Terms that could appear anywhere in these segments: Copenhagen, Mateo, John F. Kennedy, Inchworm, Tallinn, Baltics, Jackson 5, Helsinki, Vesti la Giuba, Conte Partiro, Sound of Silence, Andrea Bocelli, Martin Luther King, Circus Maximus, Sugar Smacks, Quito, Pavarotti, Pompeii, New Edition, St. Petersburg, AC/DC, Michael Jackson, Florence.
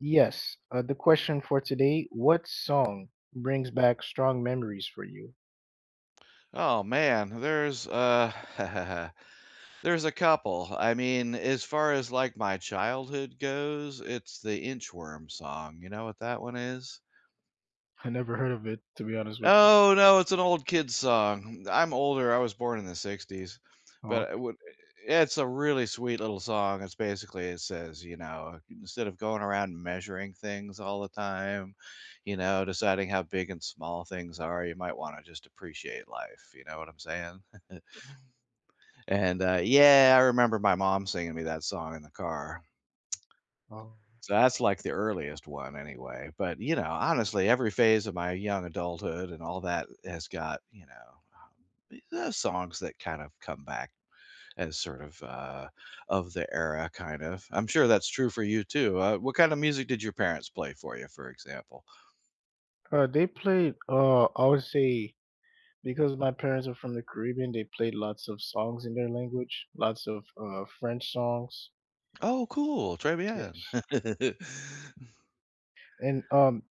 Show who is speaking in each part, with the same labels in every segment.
Speaker 1: Yes, the question for today, what song brings back strong memories for you?
Speaker 2: Oh man, there's there's a couple. I mean, as far as like my childhood goes, it's the Inchworm song. You know what that one is?
Speaker 1: I never heard of it, to be honest with you.
Speaker 2: Oh no, it's an old kid's song. I'm older. I was born in the 60s,
Speaker 1: Oh,
Speaker 2: but it's a really sweet little song. It's basically it says, you know, instead of going around measuring things all the time, you know, deciding how big and small things are, you might want to just appreciate life. You know what I'm saying? And yeah, I remember my mom singing me that song in the car.
Speaker 1: oh.
Speaker 2: So that's like the earliest one anyway. But, you know, honestly, every phase of my young adulthood and all that has got, songs that kind of come back as sort of the era kind of. I'm sure that's true for you too. What kind of music did your parents play for you, for example?
Speaker 1: They played, I would say, because my parents are from the Caribbean, they played lots of songs in their language, lots of French songs.
Speaker 2: Oh, cool. Très bien.
Speaker 1: Yes. And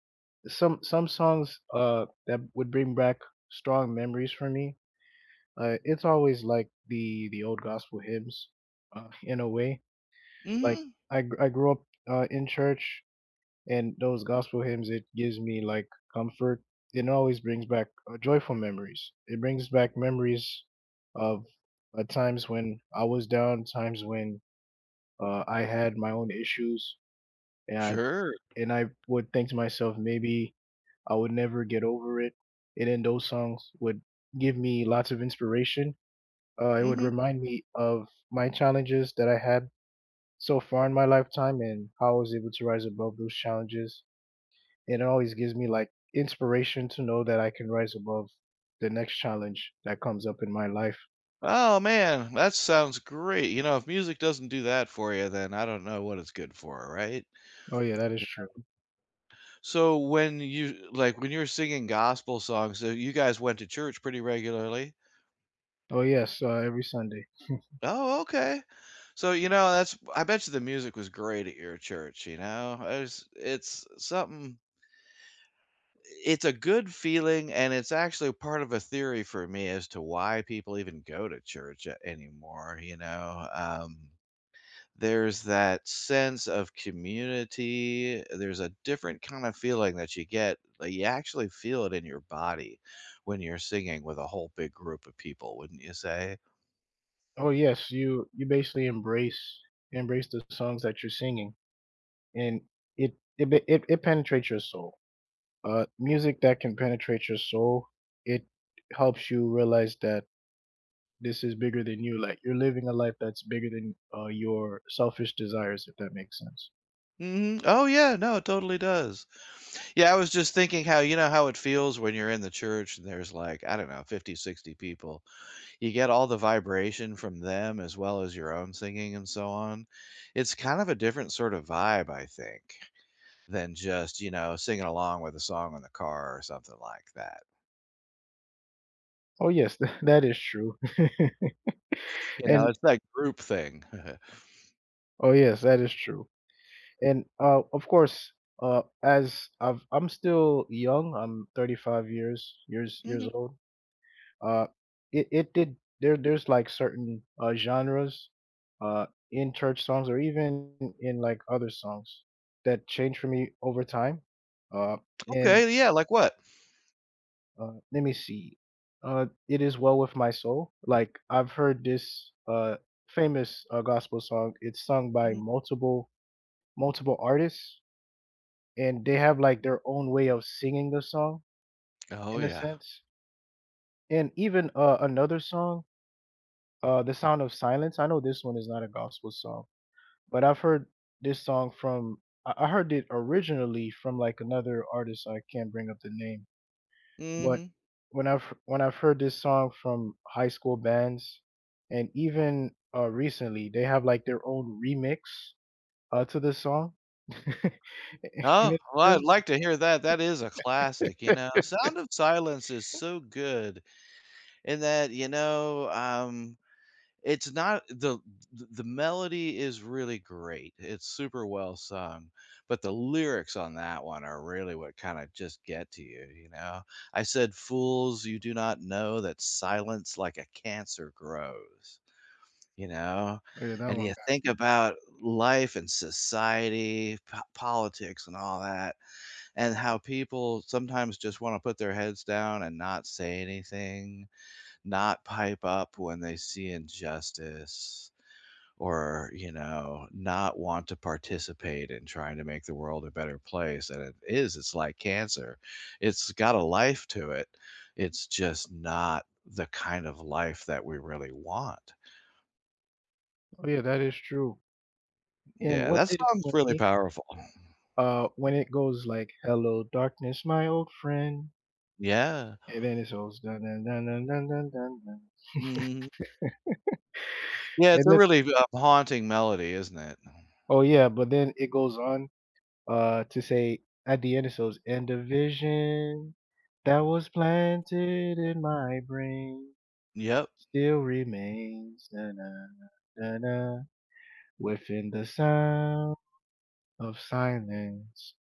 Speaker 1: Some songs that would bring back strong memories for me. It's always like the old gospel hymns, in a way. Like
Speaker 2: Mhm.
Speaker 1: I grew up in church, and those gospel hymns, it gives me like comfort. It always brings back joyful memories. It brings back memories of times when I was down, times when I had my own issues, and
Speaker 2: Sure.
Speaker 1: and I would think to myself, maybe I would never get over it. And then those songs would give me lots of inspiration. It would
Speaker 2: Mhm.
Speaker 1: remind me of my challenges that I had so far in my lifetime and how I was able to rise above those challenges. And it always gives me like inspiration to know that I can rise above the next challenge that comes up in my life.
Speaker 2: Oh, man, that sounds great. You know, if music doesn't do that for you, then I don't know what it's good for, right?
Speaker 1: Oh yeah, that is
Speaker 2: Yeah.
Speaker 1: true.
Speaker 2: So when you're singing gospel songs, so you guys went to church pretty regularly?
Speaker 1: Oh yes, every Sunday.
Speaker 2: Oh, okay. So, you know, that's I bet you the music was great at your church, you know? It's something it's a good feeling and it's actually part of a theory for me as to why people even go to church anymore, you know? There's that sense of community. There's a different kind of feeling that you get. Like you actually feel it in your body when you're singing with a whole big group of people, wouldn't you say?
Speaker 1: Oh yes, you basically embrace the songs that you're singing, and it penetrates your soul. Music that can penetrate your soul, it helps you realize that this is bigger than you. Like you're living a life that's bigger than your selfish desires, if that makes sense.
Speaker 2: Mhm. Oh, yeah. No, it totally does. Yeah, I was just thinking how you know how it feels when you're in the church and there's like, I don't know, 50, 60 people, you get all the vibration from them as well as your own singing and so on. It's kind of a different sort of vibe, I think, than just, you know, singing along with a song in the car or something like that.
Speaker 1: Oh yes, that is true.
Speaker 2: You know,
Speaker 1: and
Speaker 2: it's that group thing.
Speaker 1: oh yes, that is true. And of course, I'm still young. I'm 35 years
Speaker 2: Mhm,
Speaker 1: old. Uh, it it did there. There's like certain genres uh, in church songs or even in like other songs that change for me over time. Uh, and
Speaker 2: okay, yeah, like what?
Speaker 1: Let me see. It is well with my soul. Like I've heard this famous gospel song. It's sung by
Speaker 2: Mhm.
Speaker 1: multiple artists, and they have like their own way of singing the song
Speaker 2: Oh,
Speaker 1: in a
Speaker 2: yeah.
Speaker 1: sense. And even another song, "The Sound of Silence." I know this one is not a gospel song, but I've heard this song from. I heard it originally from like another artist. So I can't bring up the name. But
Speaker 2: Mhm.
Speaker 1: when I've heard this song from high school bands and even, recently, they have, like, their own remix, to this song. And
Speaker 2: Oh,
Speaker 1: it's
Speaker 2: well,
Speaker 1: it's
Speaker 2: I'd like to hear that. That is a classic, you
Speaker 1: like
Speaker 2: know? Sound of Silence is so good in that, It's not the the melody is really great, it's super well sung, but the lyrics on that one are really what kinda just get to you, you know? I said, "Fools, you do not know that silence like a cancer grows," you know?
Speaker 1: oh, yeah, that
Speaker 2: And
Speaker 1: one
Speaker 2: you
Speaker 1: got
Speaker 2: think about life and society, po politics and all that, and how people sometimes just wanna put their heads down and not say anything, not pipe up when they see injustice or, you know, not want to participate in trying to make the world a better place. And it is, it's like cancer. It's got a life to it. It's just not the kind of life that we really want.
Speaker 1: oh, yeah, that is true. And
Speaker 2: Yeah,
Speaker 1: what
Speaker 2: that
Speaker 1: did it
Speaker 2: song's
Speaker 1: for
Speaker 2: really
Speaker 1: me,
Speaker 2: powerful.
Speaker 1: when it goes like, "Hello, darkness, my old friend,"
Speaker 2: Yeah.
Speaker 1: and then it goes, "Dun, dun, dun, dun, dun, dun, dun, dun."
Speaker 2: Mhm. Yeah, it's
Speaker 1: And
Speaker 2: a
Speaker 1: then
Speaker 2: really, haunting melody, isn't it?
Speaker 1: oh, yeah, but then it goes on to say at the end it goes, "And the vision that was planted in my brain
Speaker 2: Yep.
Speaker 1: still remains, na, na, na, na, na, within the sound of silence."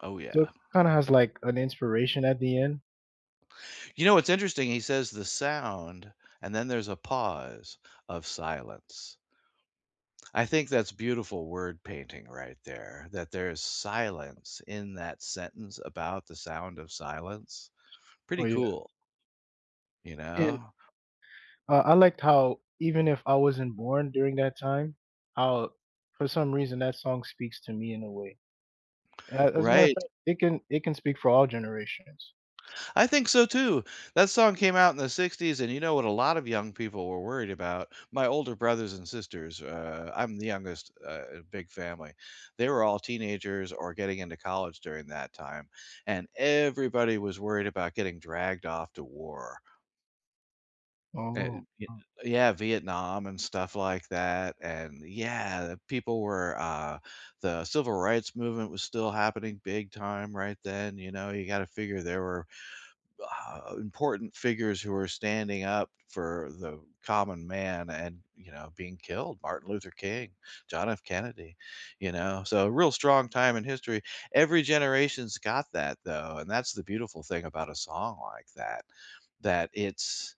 Speaker 2: Oh,
Speaker 1: So it
Speaker 2: yeah.
Speaker 1: kind of has like an inspiration at the end.
Speaker 2: You know, what's interesting, he says the sound, and then there's a pause of silence. I think that's beautiful word painting right there, that there is silence in that sentence about the sound of silence.
Speaker 1: Oh
Speaker 2: Pretty
Speaker 1: yeah,
Speaker 2: cool, you
Speaker 1: and
Speaker 2: know?
Speaker 1: I liked how even if I wasn't born during that time, how for some reason that song speaks to me in a way. As a matter of
Speaker 2: Right.
Speaker 1: fact, it can speak for all generations.
Speaker 2: I think so too. That song came out in the 60s, and you know what a lot of young people were worried about? My older brothers and sisters, I'm the youngest, in a big family. They were all teenagers or getting into college during that time, and everybody was worried about getting dragged off to war. Uh,
Speaker 1: Oh.
Speaker 2: y Yeah, Vietnam and stuff like that, and yeah, the people were, the civil rights movement was still happening big time right then, you know, you gotta figure there were, important figures who were standing up for the common man and, you know, being killed, Martin Luther King, John F. Kennedy, you know, so a real strong time in history. Every generation's got that though, and that's the beautiful thing about a song like that, that it's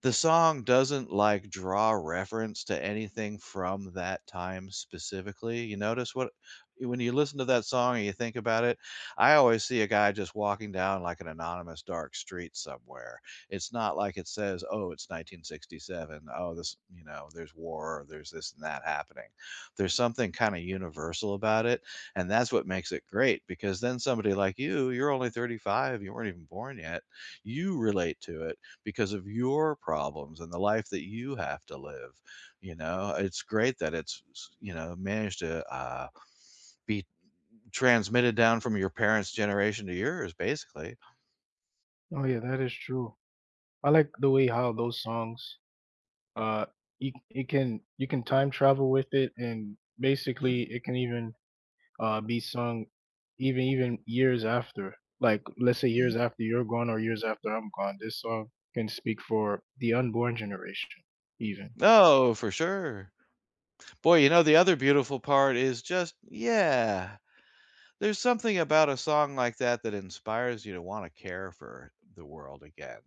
Speaker 2: the song doesn't, like, draw reference to anything from that time specifically. You notice what when you listen to that song and you think about it, I always see a guy just walking down, like, an anonymous dark street somewhere. It's not like it says, "Oh, it's 1967. Oh, this you know, there's war, or there's this and that happening." There's something kinda universal about it, and that's what makes it great because then somebody like you, you're only 35, you weren't even born yet, you relate to it because of your problems and the life that you have to live. You know, it's great that it's, you know, managed to be transmitted down from your parents' generation to yours, basically.
Speaker 1: Oh yeah, that is true. I like the way how those songs, uh, you, it can you can time travel with it, and basically it can even be sung, even years after. Like let's say
Speaker 2: Mhm.
Speaker 1: years after you're gone or years after I'm gone, this song can speak for the unborn generation, even.
Speaker 2: Oh, for sure. Boy, you know, the other beautiful part is just, yeah, there's something about a song like that that inspires you to want to care for the world again,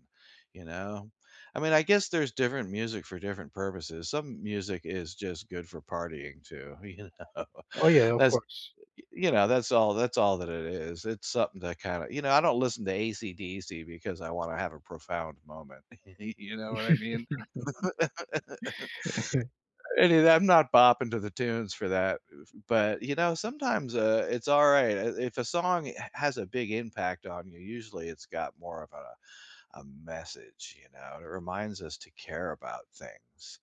Speaker 2: you know? I mean, I guess there's different music for different purposes. Some music is just good for partying too, you know.
Speaker 1: Oh yeah, of
Speaker 2: That's
Speaker 1: course.
Speaker 2: you know, that's all that it is. It's something to kinda you know, I don't listen to ACDC because I wanna have a profound moment. You know what I mean? And it I'm not bopping to the tunes for that, but, you know, sometimes, it's alright. I if a song h has a big impact on you, usually it's got more of a message, you know? It reminds us to care about things.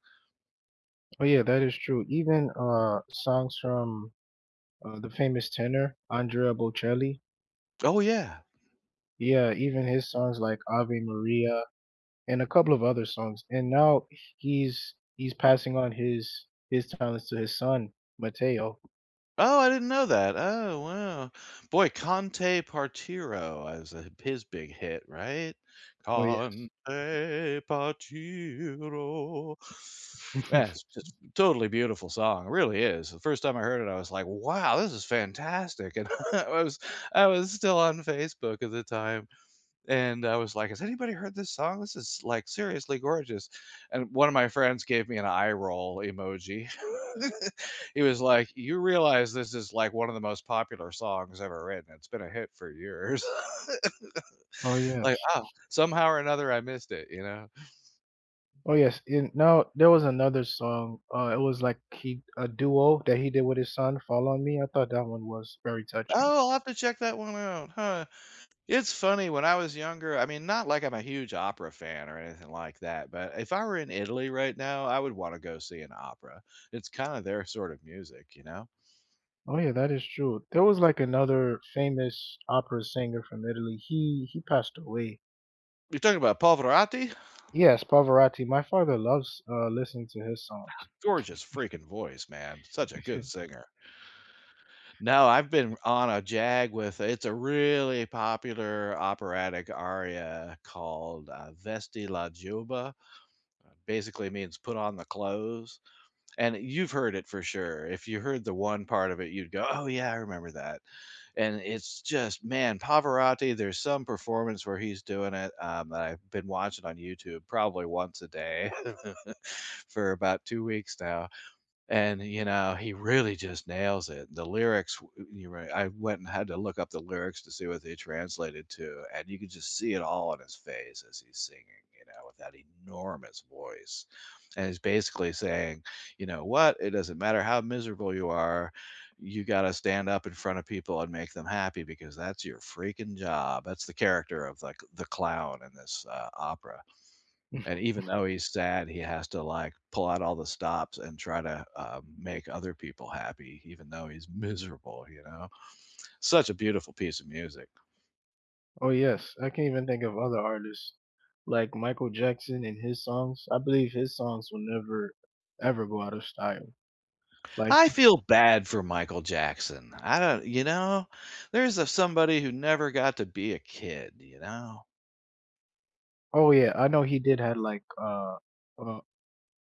Speaker 1: Oh yeah, that is true. Even songs from the famous tenor Andrea Bocelli.
Speaker 2: Oh, yeah.
Speaker 1: Yeah, even his songs like Ave Maria and a couple of other songs. And now he's passing on his talents to his son Mateo.
Speaker 2: Oh, I didn't know that. Oh, wow. Boy, Conte Partiro was a his big hit, right?
Speaker 1: Oh yes,
Speaker 2: Conte Partiro. Yeah, it's just totally beautiful song. It really is. The first time I heard it, I was like, "Wow, this is fantastic." And I was I was still on Facebook at the time. And I was like, "Has anybody heard this song? This is, like, seriously gorgeous." And one of my friends gave me an eye roll emoji. He was like, "You realize this is, like, one of the most popular songs ever written. It's been a hit for years."
Speaker 1: oh yeah,
Speaker 2: Like, "Oh, somehow or another I missed it," you know?
Speaker 1: oh yes. And now there was another song. It was like he a duo that he did with his son. Fall on me. I thought that one was very touching.
Speaker 2: "Oh, I'll have to check that one out, huh." It's funny, when I was younger I mean, not like I'm a huge opera fan or anything like that, but if I were in Italy right now, I would wanna go see an opera. It's kinda their sort of music, you know?
Speaker 1: Oh yeah, that is true. There was like another famous opera singer from Italy. He passed away.
Speaker 2: You're talking about Pavarotti?
Speaker 1: Yes, Pavarotti. My father loves listening to his songs.
Speaker 2: Gorgeous freaking voice, man. Such a good singer. No, I've been on a jag with it's a really popular operatic aria called, "Vesti la Giuba." Basically means "Put on the clothes." And you've heard it for sure. If you heard the one part of it, you'd go, "Oh yeah, I remember that." And it's just, man, Pavarotti, there's some performance where he's doing it, that I've been watching on YouTube probably once a day for about 2 weeks now. And, you know, he really just nails it. The lyrics, w you're right, I went and had to look up the lyrics to see what they translated to, and you could just see it all on his face as he's singing, you know, with that enormous voice. And he's basically saying, you know what? It doesn't matter how miserable you are, you gotta stand up in front of people and make them happy because that's your freaking job. That's the character of, like, the clown in this, opera. And even though he's sad, he has to like pull out all the stops and try to make other people happy, even though he's miserable, you know? Such a beautiful piece of music.
Speaker 1: Oh yes, I can even think of other artists like Michael Jackson and his songs. I believe his songs will never ever go out of style. Like
Speaker 2: I feel bad for Michael Jackson. I don't, you know, there's a, somebody who never got to be a kid, you know?
Speaker 1: oh yeah, I know he did had like a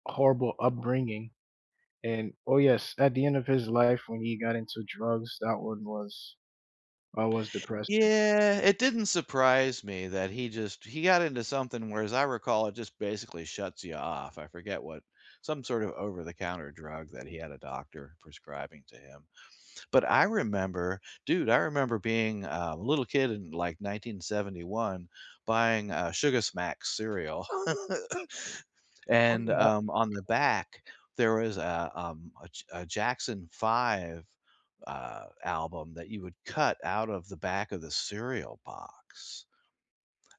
Speaker 1: horrible upbringing and oh yes, at the end of his life when he got into drugs, that one was I was depressing.
Speaker 2: Yeah, it didn't surprise me that he just he got into something where, as I recall, it just basically shuts you off. I forget what some sort of over the counter drug that he had a doctor prescribing to him. But I remember dude, I remember being, a little kid in, like, 1971 buying, Sugar Smacks cereal.
Speaker 1: Oh
Speaker 2: And,
Speaker 1: yeah.
Speaker 2: on the back, there was a Jackson 5, album that you would cut out of the back of the cereal box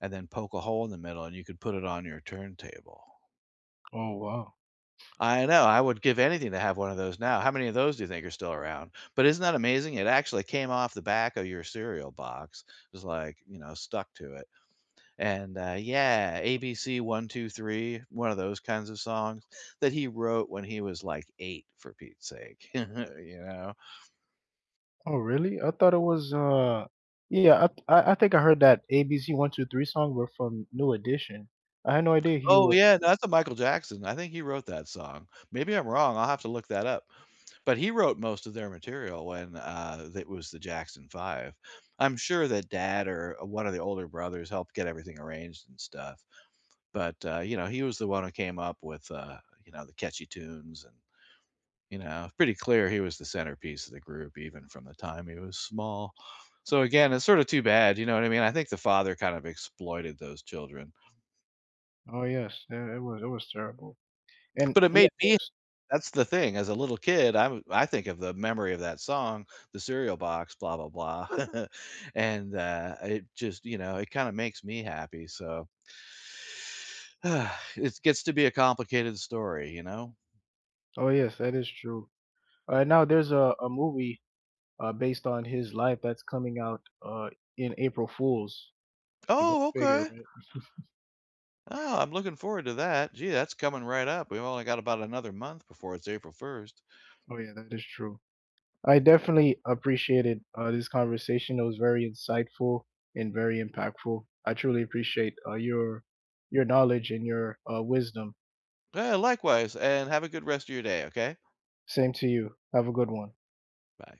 Speaker 2: and then poke a hole in the middle, and you could put it on your turntable.
Speaker 1: Oh wow.
Speaker 2: I know, I would give anything to have one of those now. How many of those do you think are still around? But isn't that amazing? It actually came off the back of your cereal box. It was like, you know, stuck to it. And yeah, ABC 123, one two three, one of those kinds of songs that he wrote when he was, like, 8 for Pete's sake, you know?
Speaker 1: Oh really? I thought it was yeah, I think I heard that ABC123 song were from New Edition. I had no idea he
Speaker 2: Oh,
Speaker 1: was
Speaker 2: yeah, no, that's a Michael Jackson. I think he wrote that song. Maybe I'm wrong, I'll have to look that up. But he wrote most of their material when, it was the Jackson 5. I'm sure that dad or one of the older brothers helped get everything arranged and stuff, but, you know, he was the one who came up with, you know, the catchy tunes and, you know, it's pretty clear he was the centerpiece of the group even from the time he was small. So, again, it's sort of too bad, you know what I mean? I think the father kind of exploited those children,
Speaker 1: oh yes, yeah, it was terrible. And
Speaker 2: but it
Speaker 1: yeah,
Speaker 2: made me
Speaker 1: there's
Speaker 2: that's the thing, as a little kid, I think of the memory of that song, the cereal box, blah blah blah, and, it just, you know, it kinda makes me happy, so it gets to be a complicated story, you know?
Speaker 1: oh yes, that is true. Now there's a movie based on his life that's coming out in April Fools. Go
Speaker 2: Oh,
Speaker 1: figure,
Speaker 2: okay.
Speaker 1: right?
Speaker 2: Oh, I'm looking forward to that. Gee, that's coming right up. We've only got about another month before it's April 1st.
Speaker 1: Oh yeah, that is true. I
Speaker 2: Yep.
Speaker 1: definitely appreciated this conversation. It was very insightful and very impactful. I truly appreciate your knowledge and your wisdom.
Speaker 2: Yeah, likewise, and have a good rest of your day, okay?
Speaker 1: Same to you. Have a good one.
Speaker 2: Bye.